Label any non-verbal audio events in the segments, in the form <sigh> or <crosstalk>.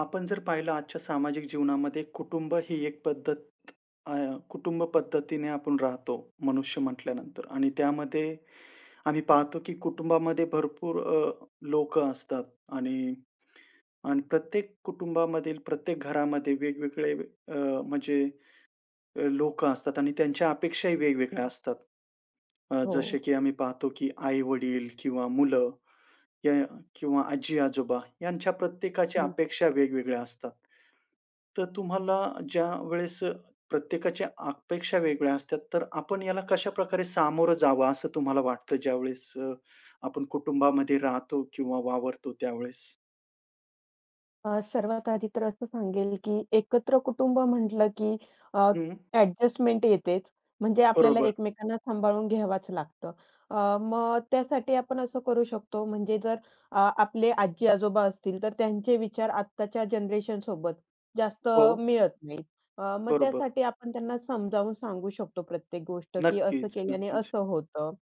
आपण जर पाहिलं आजच्या सामाजिक जीवनामध्ये कुटुंब ही एक पद्धत अ, कुटुंब पद्धतीने आपण राहतो. मनुष्य म्हटल्यानंतर आणि त्यामध्ये आम्ही पाहतो की कुटुंबामध्ये भरपूर लोक असतात आणि आणि प्रत्येक कुटुंबामधील प्रत्येक घरामध्ये वेगवेगळे म्हणजे लोक असतात आणि त्यांच्या अपेक्षाही वेगवेगळ्या असतात. हो, जसे की आम्ही पाहतो की आई-वडील किंवा मुलं या किंवा आजी-आजोबा यांच्या प्रत्येकाच्या हं. अपेक्षा वेगवेगळ्या असतात. तर तुम्हाला ज्यावेळेस प्रत्येकाच्या अपेक्षा वेगळ्या असतात, तर आपण याला कशाप्रकारे सामोरं जावं असं तुम्हाला वाटतं ज्यावेळेस आपण कुटुंबामध्ये राहतो किंवा वावरतो त्यावेळेस? सर्वात आधी तर असं सांगेल, की एकत्र कुटुंब म्हटलं, की अ, हं, ॲडजस्टमेंट येतेच. म्हणजे आपल्याला बरोबर. एकमेकांना सांभाळून घ्यावाच लागतं. मग त्यासाठी आपण असं करू शकतो, म्हणजे जर आपले आजी-आजोबा असतील, तर त्यांचे विचार आत्ताच्या जनरेशनसोबत जास्त हो, मिळत नाहीत. मग बरोबर. त्यासाठी आपण त्यांना समजावून सांगू शकतो प्रत्येक गोष्ट, की असं नक्कीच, केल्याने नक्कीच. असं होतं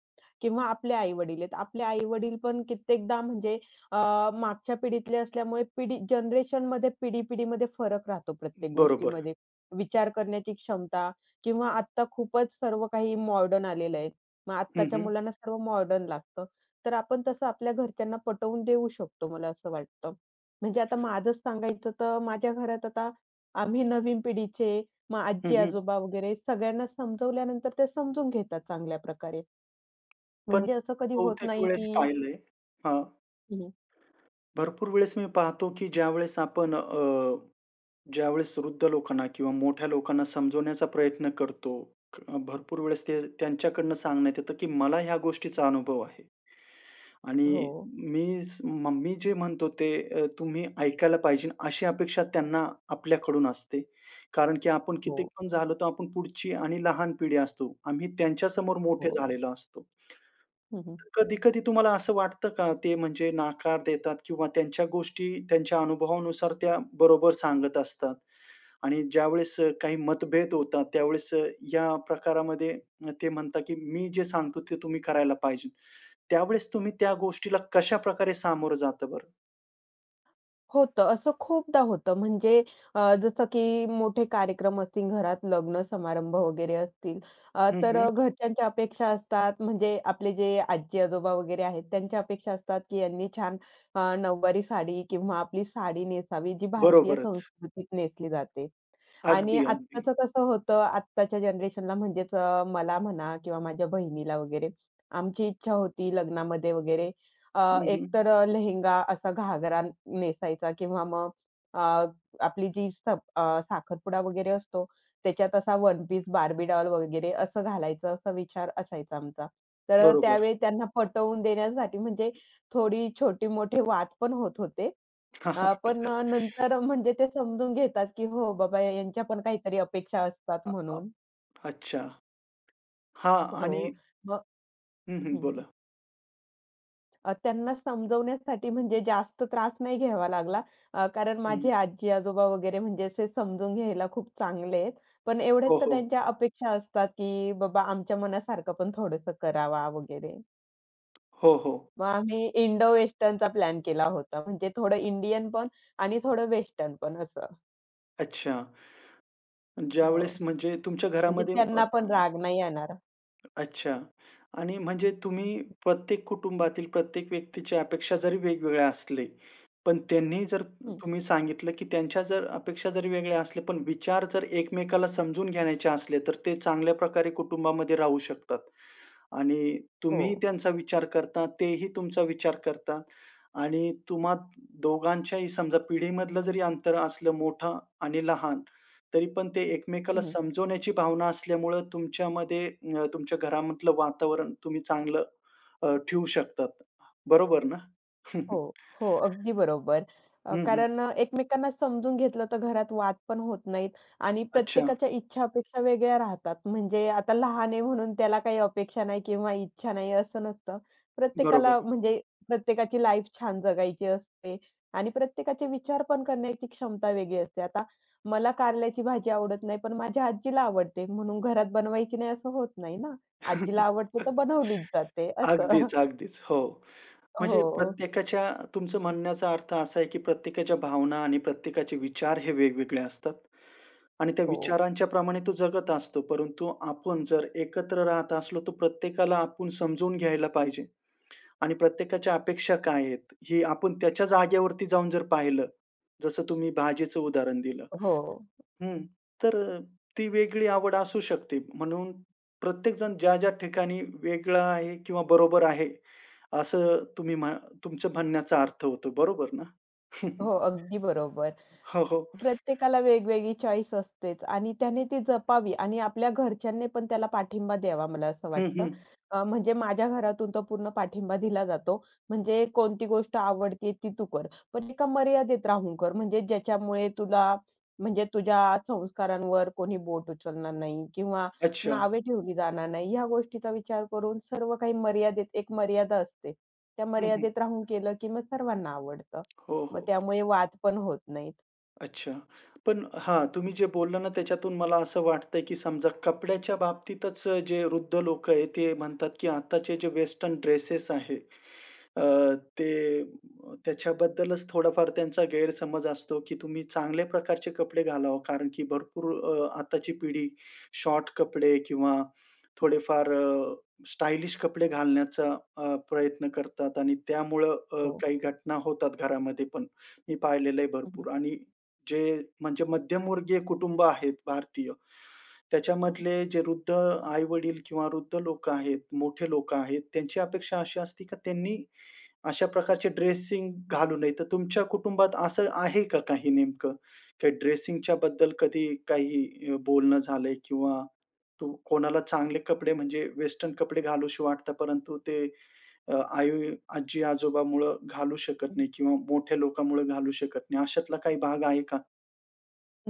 किंवा आपले आई-वडील आहेत. आपले आई-वडील पण कित्येकदा म्हणजे मागच्या पिढीतले असल्यामुळे पिढी जनरेशनमध्ये पिढी-पिढीमध्ये फरक राहतो प्रत्येक बरोबर. गोष्टीमध्ये. विचार करण्याची क्षमता किंवा आत्ता खूपच सर्व काही मॉडर्न आलेलं आहे. मग हं, आत्ताच्या हं. मुलांना सर्व मॉडर्न लागतं. तर आपण तसं आपल्या घरच्यांना पटवून देऊ शकतो, मला असं वाटतं. म्हणजे आता माझंच सांगायचं तर माझ्या घरात आता आम्ही नवीन पिढीचे, मग हं, हं. आजी-आजोबा वगैरे सगळ्यांना समजवल्यानंतर ते समजून घेतात चांगल्या प्रकारे. पण म्हणजे असं कधी होत बहुतेक नाही वेळेस की पाहिलंय हां. हं. भरपूर वेळेस मी पाहतो की ज्यावेळेस आपण ज्यावेळेस वृद्ध लोकांना किंवा मोठ्या लोकांना समजवण्याचा प्रयत्न करतो, भरपूर वेळेस ते त्यांच्याकडनं सांगण्यात येतं, की मला ह्या गोष्टीचा अनुभव आहे आणि हो, मी जे म्हणतो ते तुम्ही ऐकायला पाहिजे अशी अपेक्षा त्यांना आपल्याकडून असते. कारण की आपण हो, कितीक पण झालो तर आपण पुढची आणि लहान पिढी असतो. आम्ही त्यांच्यासमोर मोठे हो. झालेलो असतो. हं, हं. कधी-कधी तुम्हाला असं वाटतं का ते म्हणजे नकार देतात किंवा त्यांच्या गोष्टी त्यांच्या अनुभवानुसार त्या बरोबर सांगत असतात? आणि ज्यावेळेस काही मतभेद होतात, त्यावेळेस या प्रकारामध्ये ते म्हणतात, की "मी जे सांगतो ते तुम्ही करायला पाहिजे." त्यावेळेस तुम्ही त्या गोष्टीला कशाप्रकारे सामोरं जातं बरं? होतं. असं खूपदा होतं. म्हणजे जसं की मोठे कार्यक्रम असतील घरात, लग्न समारंभ वगैरे असतील. हं, तर हं. घरच्यांच्या अपेक्षा असतात. म्हणजे आपले जे आजी-आजोबा वगैरे आहेत, त्यांच्या अपेक्षा असतात, की यांनी छान नऊवारी साडी किंवा आपली साडी नेसावी, जी भारतीय बरोबरच. संस्कृतीत नेसली जाते. आणि अगदी, अगदी. आत्ताचं कसं होतं, आत्ताच्या जनरेशनला म्हणजेच मला म्हणा किंवा माझ्या बहिणीला वगैरे, आमची इच्छा होती लग्नामध्ये वगैरे अ, हं, हं. एकतर लेहेंगा असा घागरा नेसायचा किंवा मग अ, आपली जी साखरपुडा वगैरे असतो, त्याच्यात असा वन पीस, बार्बी डॉल वगैरे असं घालायचं असा विचार असायचा आमचा. तर बरोबर. त्यावेळी त्यांना पटवून देण्यासाठी म्हणजे थोडी छोटी-मोठे वाद पण होत होते. पण <laughs> नंतर म्हणजे ते समजून घेतात, की हो बाबा यांच्या पण काहीतरी अपेक्षा असतात अ, अ, म्हणून. अच्छा. हां आणि हो. मग हं, हं. हं, हं. बोला. त्यांना समजवण्यासाठी म्हणजे जास्त त्रास नाही घ्यावा लागला. कारण हं. माझे आजी-आजोबा वगैरे म्हणजे असे समजून घ्यायला खूप चांगले आहेत. पण एवढेच हो, का हो. त्यांच्या अपेक्षा असतात, की बाबा आमच्या मनासारखं पण थोडंसं करावा वगैरे. हो, हो. मग आम्ही इंडो वेस्टर्नचा प्लॅन केला होता. म्हणजे थोडं इंडियन पण आणि थोडं वेस्टर्न पण असं. अच्छा. हो. ज्यावेळेस म्हणजे तुमच्या म्हणजे घरामध्ये अ, त्यांना अ पण राग नाही येणार. अच्छा. आणि म्हणजे तुम्ही प्रत्येक कुटुंबातील प्रत्येक व्यक्तीची अपेक्षा जरी वेगवेगळ्या असले, पण त्यांनी जर हं. तुम्ही सांगितलं, की त्यांच्या जर अपेक्षा जरी वेगळ्या असल्या, पण विचार जर एकमेकाला समजून घेण्याचे असले, तर ते चांगल्या प्रकारे कुटुंबामध्ये राहू शकतात. आणि हो. तुम्हीही त्यांचा विचार करता, तेही तुमचा विचार करतात आणि तुम्हा दोघांच्याही समजा पिढीमधलं जरी अंतर असलं मोठं आणि लहान, तरी पण ते एकमेकाला हं. समजवण्याची भावना असल्यामुळं तुमच्यामध्ये तुमच्या घरामधलं वातावरण तुम्ही चांगलं ठेवू शकतात. बरोबर ना? हो, <laughs> हो. अगदी बरोबर. हं, हं. कारण एकमेकांना समजून घेतलं तर घरात वाद पण होत नाहीत आणि अच्छा. प्रत्येकाच्या इच्छा-अपेक्षा वेगळ्या राहतात. म्हणजे आता लहान आहे म्हणून त्याला काही अपेक्षा नाही किंवा इच्छा नाही असं नसतं. बरोबर. प्रत्येकाला म्हणजे प्रत्येकाची लाईफ छान जगायची असते आणि प्रत्येकाचे विचार पण करण्याची क्षमता वेगळी असते. आता मला कारल्याची भाजी आवडत नाही, पण माझ्या आजीला आवडते म्हणून घरात बनवायची नाही असं होत नाही ना. आजीला <laughs> आवडते तर बनवलीच जाते असं. अगदीच, अगदीच. हो. म्हणजे हो. प्रत्येकाच्या तुमचं म्हणण्याचा अर्थ असा आहे, की प्रत्येकाच्या भावना आणि प्रत्येकाचे विचार हे वेगवेगळे असतात. आणि त्या हो, विचारांच्या प्रमाणे तो जगत असतो. परंतु आपण जर एकत्र राहत असलो, तर प्रत्येकाला आपण समजून घ्यायला पाहिजे. आणि प्रत्येकाच्या अपेक्षा काय आहेत? हे आपण त्याच्या जागेवरती जाऊन जर पाहिलं, जसं तुम्ही भाजीचं उदाहरण दिलं. हो, हं. तर ती वेगळी आवड असू शकते. म्हणून प्रत्येकजण ज्या-ज्या ठिकाणी वेगळा आहे किंवा बरोबर आहे, असं तुम्ही म्ह तुमच्या म्हणण्याचा अर्थ होतो. बरोबर ना? हो. <laughs> अगदी बरोबर. हो, हो. प्रत्येकाला वेगवेगळी चॉईस असतेच आणि त्याने ती जपावी आणि आपल्या घरच्यांनी पण त्याला पाठिंबा द्यावा मला असं हं, वाटतं. हं. म्हणजे माझ्या घरातून तो पूर्ण पाठिंबा दिला जातो. म्हणजे कोणती गोष्ट आवडते ती तू कर. पण एका मर्यादेत राहून कर. म्हणजे ज्याच्यामुळे तुला म्हणजे तुझ्या संस्कारांवर कोणी बोट उचलणार नाही किंवा अच्छा. नावे ठेवली जाणार नाही. ह्या गोष्टीचा विचार करून सर्व काही मर्यादेत एक मर्यादा असते. त्या हं, हं. मर्यादेत राहून केलं की मग सर्वांना आवडतं. हो, मग हो. त्यामुळे वाद पण होत नाहीत. अच्छा. पण हां, तुम्ही जे बोलला ना त्याच्यातून मला असं वाटतंय, की समजा कपड्याच्या बाबतीतच जे वृद्ध लोकं आहेत ते म्हणतात, की आताचे जे वेस्टर्न ड्रेसेस आहे, अ, ते त्याच्याबद्दलच थोडाफार त्यांचा गैरसमज असतो, की तुम्ही चांगल्या प्रकारचे कपडे घालावं कारण की भरपूर आताची पिढी शॉर्ट कपडे किंवा थोडेफार स्टायलिश कपडे घालण्याचा प्रयत्न करतात आणि त्यामुळं हो. काही घटना होतात घरामध्ये पण. मी पाहिलेलं आहे हं, भरपूर आणि जे म्हणजे मध्यमवर्गीय कुटुंब आहेत भारतीय. हं, त्याच्यामधले जे वृद्ध आई-वडील किंवा वृद्ध लोकं आहेत, मोठे लोक आहेत, त्यांची अपेक्षा अशी असते की त्यांनी अशा प्रकारचे ड्रेसिंग घालू नये. तर तुमच्या कुटुंबात असं आहे का काही नेमकं? काही ड्रेसिंगच्या बद्दल कधी काही बोलणं झालंय किंवा तू कोणाला चांगले कपडे म्हणजे वेस्टर्न कपडे घालूशी वाटतात, परंतु ते आई आजी-आजोबामुळं घालू शकत नाही किंवा मोठ्या लोकांमुळे घालू शकत नाही. अशातला काही भाग आहे का?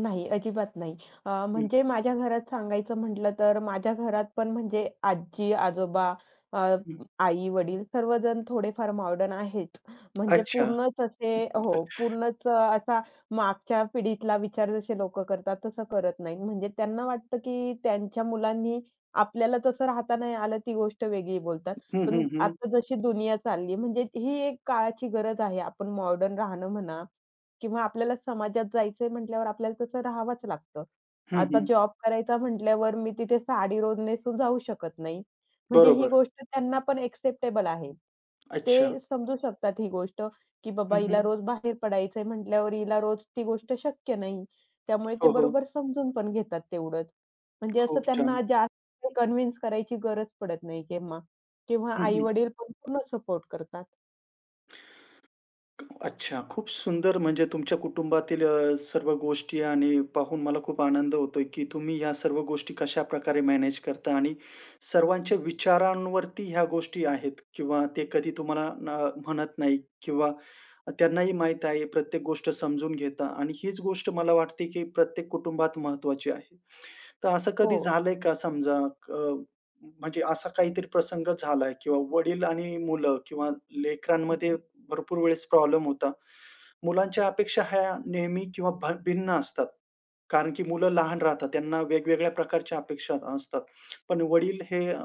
नाही, अजिबात नाही. हं, म्हणजे माझ्या घरात सांगायचं म्हटलं तर माझ्या घरात पण म्हणजे आजी-आजोबा, अ, हं. आई-वडील सर्वजण थोडेफार मॉडर्न आहेत. म्हणजे अच्छा. पूर्णच असे हो, पूर्णच असा मागच्या पिढीतला विचार जसे लोकं करतात तसं करत नाहीत. म्हणजे त्यांना वाटतं, की त्यांच्या मुलांनी आपल्याला तसं राहता नाही आलं ती गोष्ट वेगळी बोलतात. हं, पण हं, हं. आता जशी दुनिया चालली म्हणजे ही एक काळाची गरज आहे. आपण मॉडर्न राहणं म्हणा किंवा आपल्याला समाजात जायचंय म्हटल्यावर आपल्याला तसं राहावंच लागतं. हं, आता हं. जॉब करायचा म्हटल्यावर मी तिथे साडी रोज नेसून जाऊ शकत नाही. म्हणजे ही बरोबर. गोष्ट त्यांना पण एक्सेप्टेबल आहे. अच्छा. ते समजू शकतात ही गोष्ट, की बाबा हं, हं. हिला रोज बाहेर पडायचंय म्हटल्यावर हिला रोज ती गोष्ट शक्य नाही. त्यामुळे ते हो, हो. बरोबर समजून पण घेतात तेवढंच. म्हणजे असं खूप त्यांना छान. जास्त कन्व्हिन्स करायची गरज पडत नाही केव्हा. किंवा हं, हं. आई-वडील पण पूर्ण सपोर्ट करतात. अच्छा. खूप सुंदर म्हणजे तुमच्या कुटुंबातील सर्व गोष्टी आणि पाहून मला खूप आनंद होतोय, की तुम्ही ह्या सर्व गोष्टी कशाप्रकारे मॅनेज करता आणि सर्वांच्या विचारांवरती ह्या गोष्टी आहेत किंवा ते कधी तुम्हाला न म्हणत नाही किंवा त्यांनाही माहीत आहे. प्रत्येक गोष्ट समजून घेता आणि हीच गोष्ट मला वाटते, की प्रत्येक कुटुंबात महत्त्वाची आहे. तर असं हो. कधी झालंय का समजा अ, म्हणजे असा काहीतरी प्रसंग झालाय किंवा वडील आणि मुलं किंवा हं, लेकरांमध्ये हं. भरपूर वेळेस प्रॉब्लेम होता. मुलांच्या अपेक्षा ह्या नेहमी किंवा भिन्न असतात. कारण की मुलं लहान राहतात. त्यांना वेगवेगळ्या प्रकारच्या अपेक्षा असतात. पण वडील हे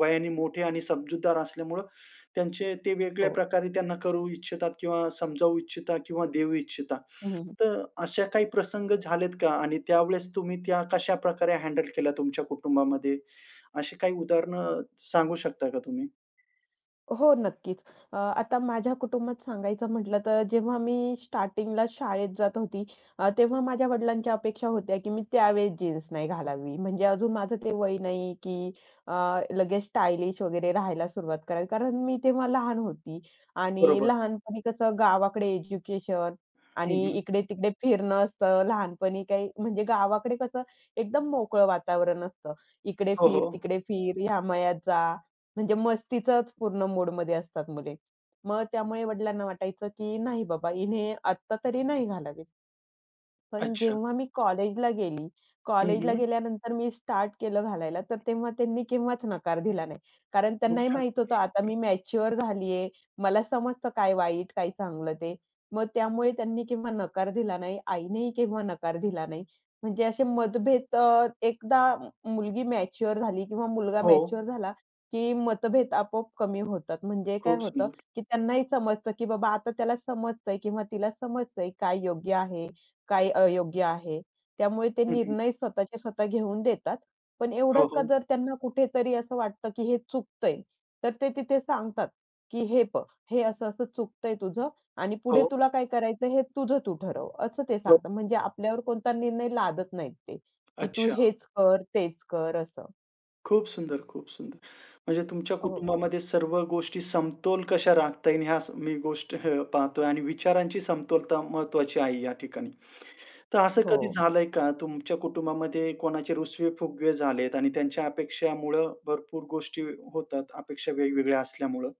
वयाने मोठे आणि समजूतदार असल्यामुळं त्यांचे ते वेगळ्या हो. प्रकारे त्यांना करू इच्छितात किंवा समजावू इच्छिता किंवा देऊ इच्छिता. हं, हं. तर अशा काही प्रसंग झालेत का? आणि त्यावेळेस तुम्ही त्या कशाप्रकारे हँडल केल्या तुमच्या कुटुंबामध्ये? अशी काही उदाहरणं सांगू शकता का तुम्ही? हो, नक्कीच. आता माझ्या कुटुंबात सांगायचं म्हटलं तर जेव्हा मी स्टार्टिंगला शाळेत जात होती, तेव्हा माझ्या वडिलांच्या अपेक्षा होत्या, की मी त्यावेळेस जीन्स नाही घालावी. म्हणजे अजून माझं ते वय नाही, की अ, लगेच स्टायलिश वगैरे राहायला सुरुवात करावी. कारण मी तेव्हा लहान होती आणि बरोबर. लहानपणी कसं गावाकडे एज्युकेशन आणि हं, हं. इकडे-तिकडे फिरणं असतं. लहानपणी काही म्हणजे गावाकडे कसं एकदम मोकळं वातावरण असतं. इकडे हो, फिर, हो. तिकडे फिर, ह्या मळ्यात जा, म्हणजे मस्तीचाच पूर्ण मूडमध्ये असतात मुले. मग त्यामुळे वडिलांना वाटायचं, की नाही बाबा हिने आत्ता तरी नाही घालावी. पण अच्छा. जेव्हा मी कॉलेजला गेली, हं, कॉलेजला हं. गेल्यानंतर मी स्टार्ट केलं घालायला, तर तेव्हा त्यांनी केव्हाच नकार दिला नाही. कारण खूप त्यांनाही छान. माहीत होतं आता मी मॅच्युअर झाली आहे. मला समजतं काय वाईट, काय चांगलं ते. मग त्यामुळे त्यांनी केव्हा नकार दिला नाही. आईनेही केव्हा नकार दिला नाही. म्हणजे असे मतभेद एकदा मुलगी मॅच्युअर झाली किंवा मुलगा हो. मॅच्युअर झाला, की मतभेद आपोआप कमी होतात. म्हणजे काय खूप होतं, सुंदर. की त्यांनाही समजतं, की बाबा आता त्याला समजतंय किंवा तिला समजतंय काय योग्य आहे, काय अयोग्य आहे. त्यामुळे ते हं, हं. निर्णय स्वतःचे स्वतः घेऊन देतात. पण एवढंच हो, का हो. जर त्यांना कुठेतरी असं वाटतं, की हे चुकतंय, तर ते तिथे सांगतात, की "हे बघ, हे असं-असं चुकतंय तुझं आणि पुढे हो. तुला काय करायचं हे तुझं तू ठरव." असं ते हो. सांगतात. म्हणजे आपल्यावर कोणता निर्णय लादत नाहीत ते, की "तू अच्छा. हेच कर, तेच कर." असं. खूप सुंदर, खूप सुंदर. म्हणजे तुमच्या हो, कुटुंबामध्ये सर्व गोष्टी समतोल कशा राखता येईल ह्या मी गोष्ट पाहतोय आणि विचारांची समतोलता महत्त्वाची आहे या ठिकाणी. तर असं हो. कधी झालंय का तुमच्या कुटुंबामध्ये कोणाचे रुसवे-फुगवे झालेत आणि त्यांच्या अपेक्षामुळं भरपूर गोष्टी होतात, अपेक्षा वेगवेगळ्या असल्यामुळं.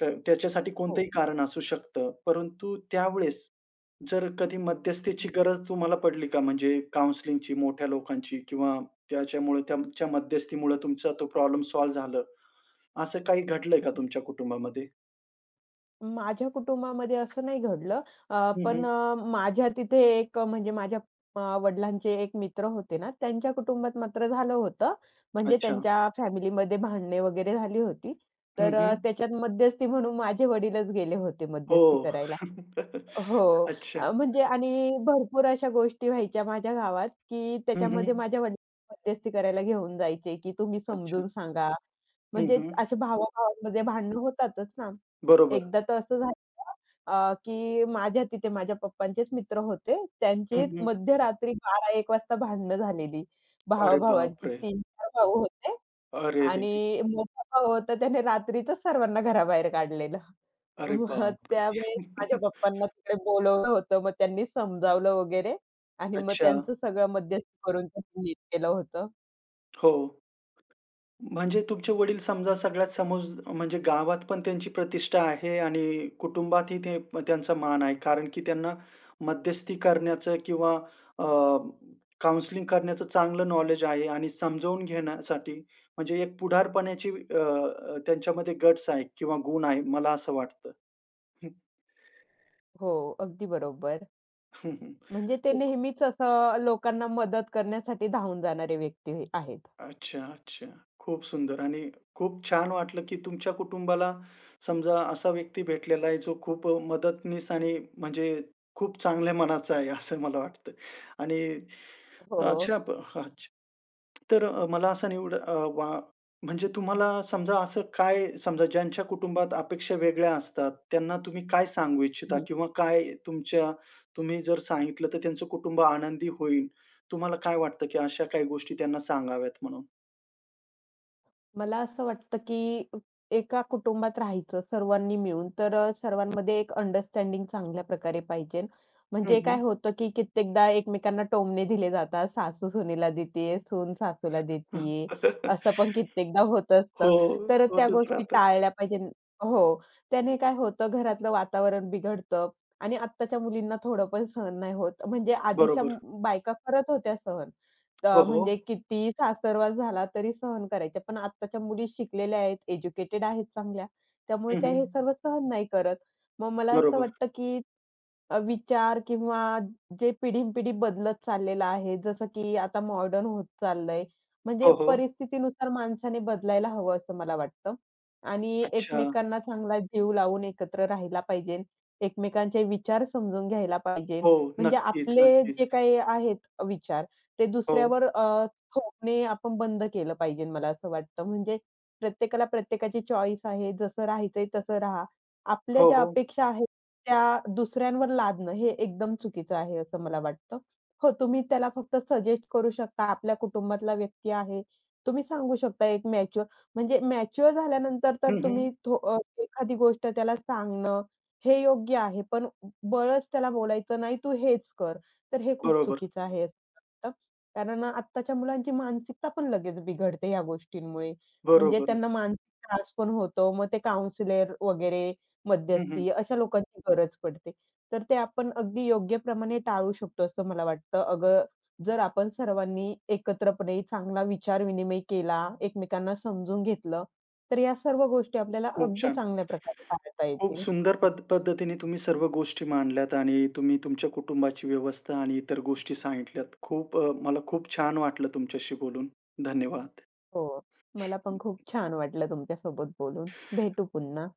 त्याच्यासाठी हो. कोणतंही कारण असू शकतं. परंतु त्यावेळेस जर कधी मध्यस्थीची गरज तुम्हाला पडली का? म्हणजे काउन्सलिंगची, मोठ्या लोकांची किंवा त्याच्यामुळे त्यांच्या मध्यस्थीमुळे तुमचा तो प्रॉब्लेम सॉल्व्ह झालं. असं काही घडलंय का तुमच्या कुटुंबामध्ये? माझ्या कुटुंबामध्ये असं नाही घडलं. हं, पण हं. माझ्या तिथे एक म्हणजे माझ्या वडिलांचे एक मित्र होते ना, त्यांच्या कुटुंबात मात्र झालं होतं. म्हणजे अच्छा. त्यांच्या फॅमिलीमध्ये भांडणे वगैरे झाली होती. हं, तर हं. त्याच्यात मध्यस्थी म्हणून माझे वडीलच गेले होते मध्यस्थी हो. करायला. <laughs> हो. अच्छा. म्हणजे आणि भरपूर अशा गोष्टी व्हायच्या माझ्या गावात, की हं, त्याच्यामध्ये हं. माझ्या वडिलांना मध्यस्थी करायला घेऊन जायचे, की तुम्ही अच्छा. समजून सांगा. हं, म्हणजे हं. असे भावा-भावांमध्ये भांडणं होतातच ना. बरोबर. एकदा तर असं झालं की माझ्या तिथे माझ्या पप्पांचेच मित्र होते. त्यांची हं, हं. मध्यरात्री 12-1 वाजता भांडणं झालेली. अरे भावा-भावांची बापरे! 3 भाऊ होते अरेरेरे! आणि मोठा भाऊ होता त्याने रात्रीतच सर्वांना घराबाहेर काढलेलं. अरे मग बापरे! त्यावेळेस माझ्या <laughs> पप्पांना तिकडे बोलावलं होतं. मग त्यांनी समजावलं वगैरे आणि मग अच्छा. त्यांचं सगळं मध्यस्थी करून ते नीट केलं होतं. हो. म्हणजे तुमचे वडील समजा सगळ्यात समोर म्हणजे गावात पण त्यांची प्रतिष्ठा आहे आणि कुटुंबातही ते त्यांचा मान आहे. कारण की त्यांना मध्यस्थी करण्याचं किंवा अ, काउंसलिंग करण्याचं चांगलं नॉलेज आहे आणि समजावून घेण्यासाठी म्हणजे एक पुढारपणाची अ, अ, त्यांच्यामध्ये गट्स आहे किंवा गुण आहे, मला असं वाटतं. हो, अगदी बरोबर. <laughs> म्हणजे ते तर नेहमीच असं लोकांना मदत करण्यासाठी धावून जाणारे व्यक्ती आहेत. अच्छा, अच्छा. खूप सुंदर आणि खूप छान वाटलं, की तुमच्या कुटुंबाला समजा असा व्यक्ती भेटलेला आहे, जो खूप मदतनीस आणि म्हणजे खूप चांगल्या मनाचा आहे, असं मला वाटतं. आणि हो. अच्छा प अच्छा. तर मला असं निवड अ, वा म्हणजे तुम्हाला समजा असं काय समजा ज्यांच्या कुटुंबात अपेक्षा वेगळ्या असतात, त्यांना तुम्ही काय सांगू इच्छिता? किंवा काय तुमच्या तुम्ही जर सांगितलं, तर त्यांचं कुटुंब आनंदी होईल. तुम्हाला काय वाटतं, की अशा काही गोष्टी त्यांना सांगाव्यात म्हणून? मला असं वाटतं, की एका कुटुंबात राहायचं सर्वांनी मिळून, तर सर्वांमध्ये एक अंडरस्टँडिंग चांगल्या प्रकारे पाहिजे. म्हणजे काय होतं, की कित्येकदा एकमेकांना टोमणे दिले जातात. सासू सुनेला देतीये, सून सासूला देतीये, असं पण <laughs> कित्येकदा होत असतं. हो, तर त्या होतच गोष्टी राहतं. टाळल्या पाहिजे हो. त्याने काय होतं, घरातलं वातावरण बिघडतं आणि आत्ताच्या मुलींना थोडं पण सहन नाही होत. म्हणजे आधीच्या बरोबर. बायका करत होत्या सहन. हो, म्हणजे हो. कितीही सासरवास झाला तरी सहन करायच्या. पण आत्ताच्या मुली शिकलेल्या आहेत, एज्युकेटेड आहेत चांगल्या. त्यामुळे हं, त्या हं. हे सर्व सहन नाही करत. मग मला असं बरोबर. वाटतं, की विचार किंवा जे पिढीनपिढी बदलत चाललेलं आहे, जसं की आता मॉडर्न होत चाललंय. म्हणजे हो, हो. परिस्थितीनुसार माणसाने बदलायला हवं असं मला वाटतं. आणि अच्छा. एकमेकांना चांगला जीव लावून एकत्र राहायला पाहिजे. एकमेकांचे विचार समजून घ्यायला पाहिजे. हो, म्हणजे नक्कीच, आपले जे नक्कीच. काही आहेत विचार, ते हो. दुसऱ्यावर थोपणे आपण बंद केलं पाहिजे मला असं वाटतं. म्हणजे प्रत्येकाला प्रत्येकाची चॉईस आहे. जसं राहायचंय तसं राहा. आपल्या हो, ज्या हो. अपेक्षा आहेत त्या दुसऱ्यांवर लादणं हे एकदम चुकीचं आहे असं मला वाटतं. हो, तुम्ही त्याला फक्त सजेस्ट करू शकता. आपल्या कुटुंबातला व्यक्ती आहे. तुम्ही सांगू शकता एक मॅच्युअर म्हणजे मॅच्युअर झाल्यानंतर तर हं, हं. तुम्ही एखादी गोष्ट त्याला सांगणं हे योग्य आहे. पण बळच त्याला बोलायचं, "नाही तू हेच कर." तर हे खूप बरोबर. चुकीचं आहे. वाटतं. कारण आत्ताच्या मुलांची मानसिकता पण लगेच बिघडते या गोष्टींमुळे. म्हणजे त्यांना बरोबरच. मानसिक त्रास पण होतो. मग ते काउंसलर वगैरे, हं, हं. मध्यस्थी अशा लोकांची गरज पडते. तर ते आपण अगदी योग्य प्रमाणे टाळू शकतो असं मला वाटतं. अगं, जर आपण सर्वांनी एकत्रपणे चांगला विचार-विनिमय केला, एकमेकांना समजून घेतलं, तर या सर्व गोष्टी आपल्याला खूप अगदी छान. चांगल्या प्रकारे पाहता खूप येतील. सुंदर पद्धतीने तुम्ही सर्व गोष्टी मांडल्यात आणि तुम्ही तुमच्या कुटुंबाची व्यवस्था आणि इतर गोष्टी सांगितल्यात. खूप मला खूप छान वाटलं तुमच्याशी बोलून. धन्यवाद. हो. मला पण खूप छान वाटलं तुमच्यासोबत बोलून. भेटू पुन्हा.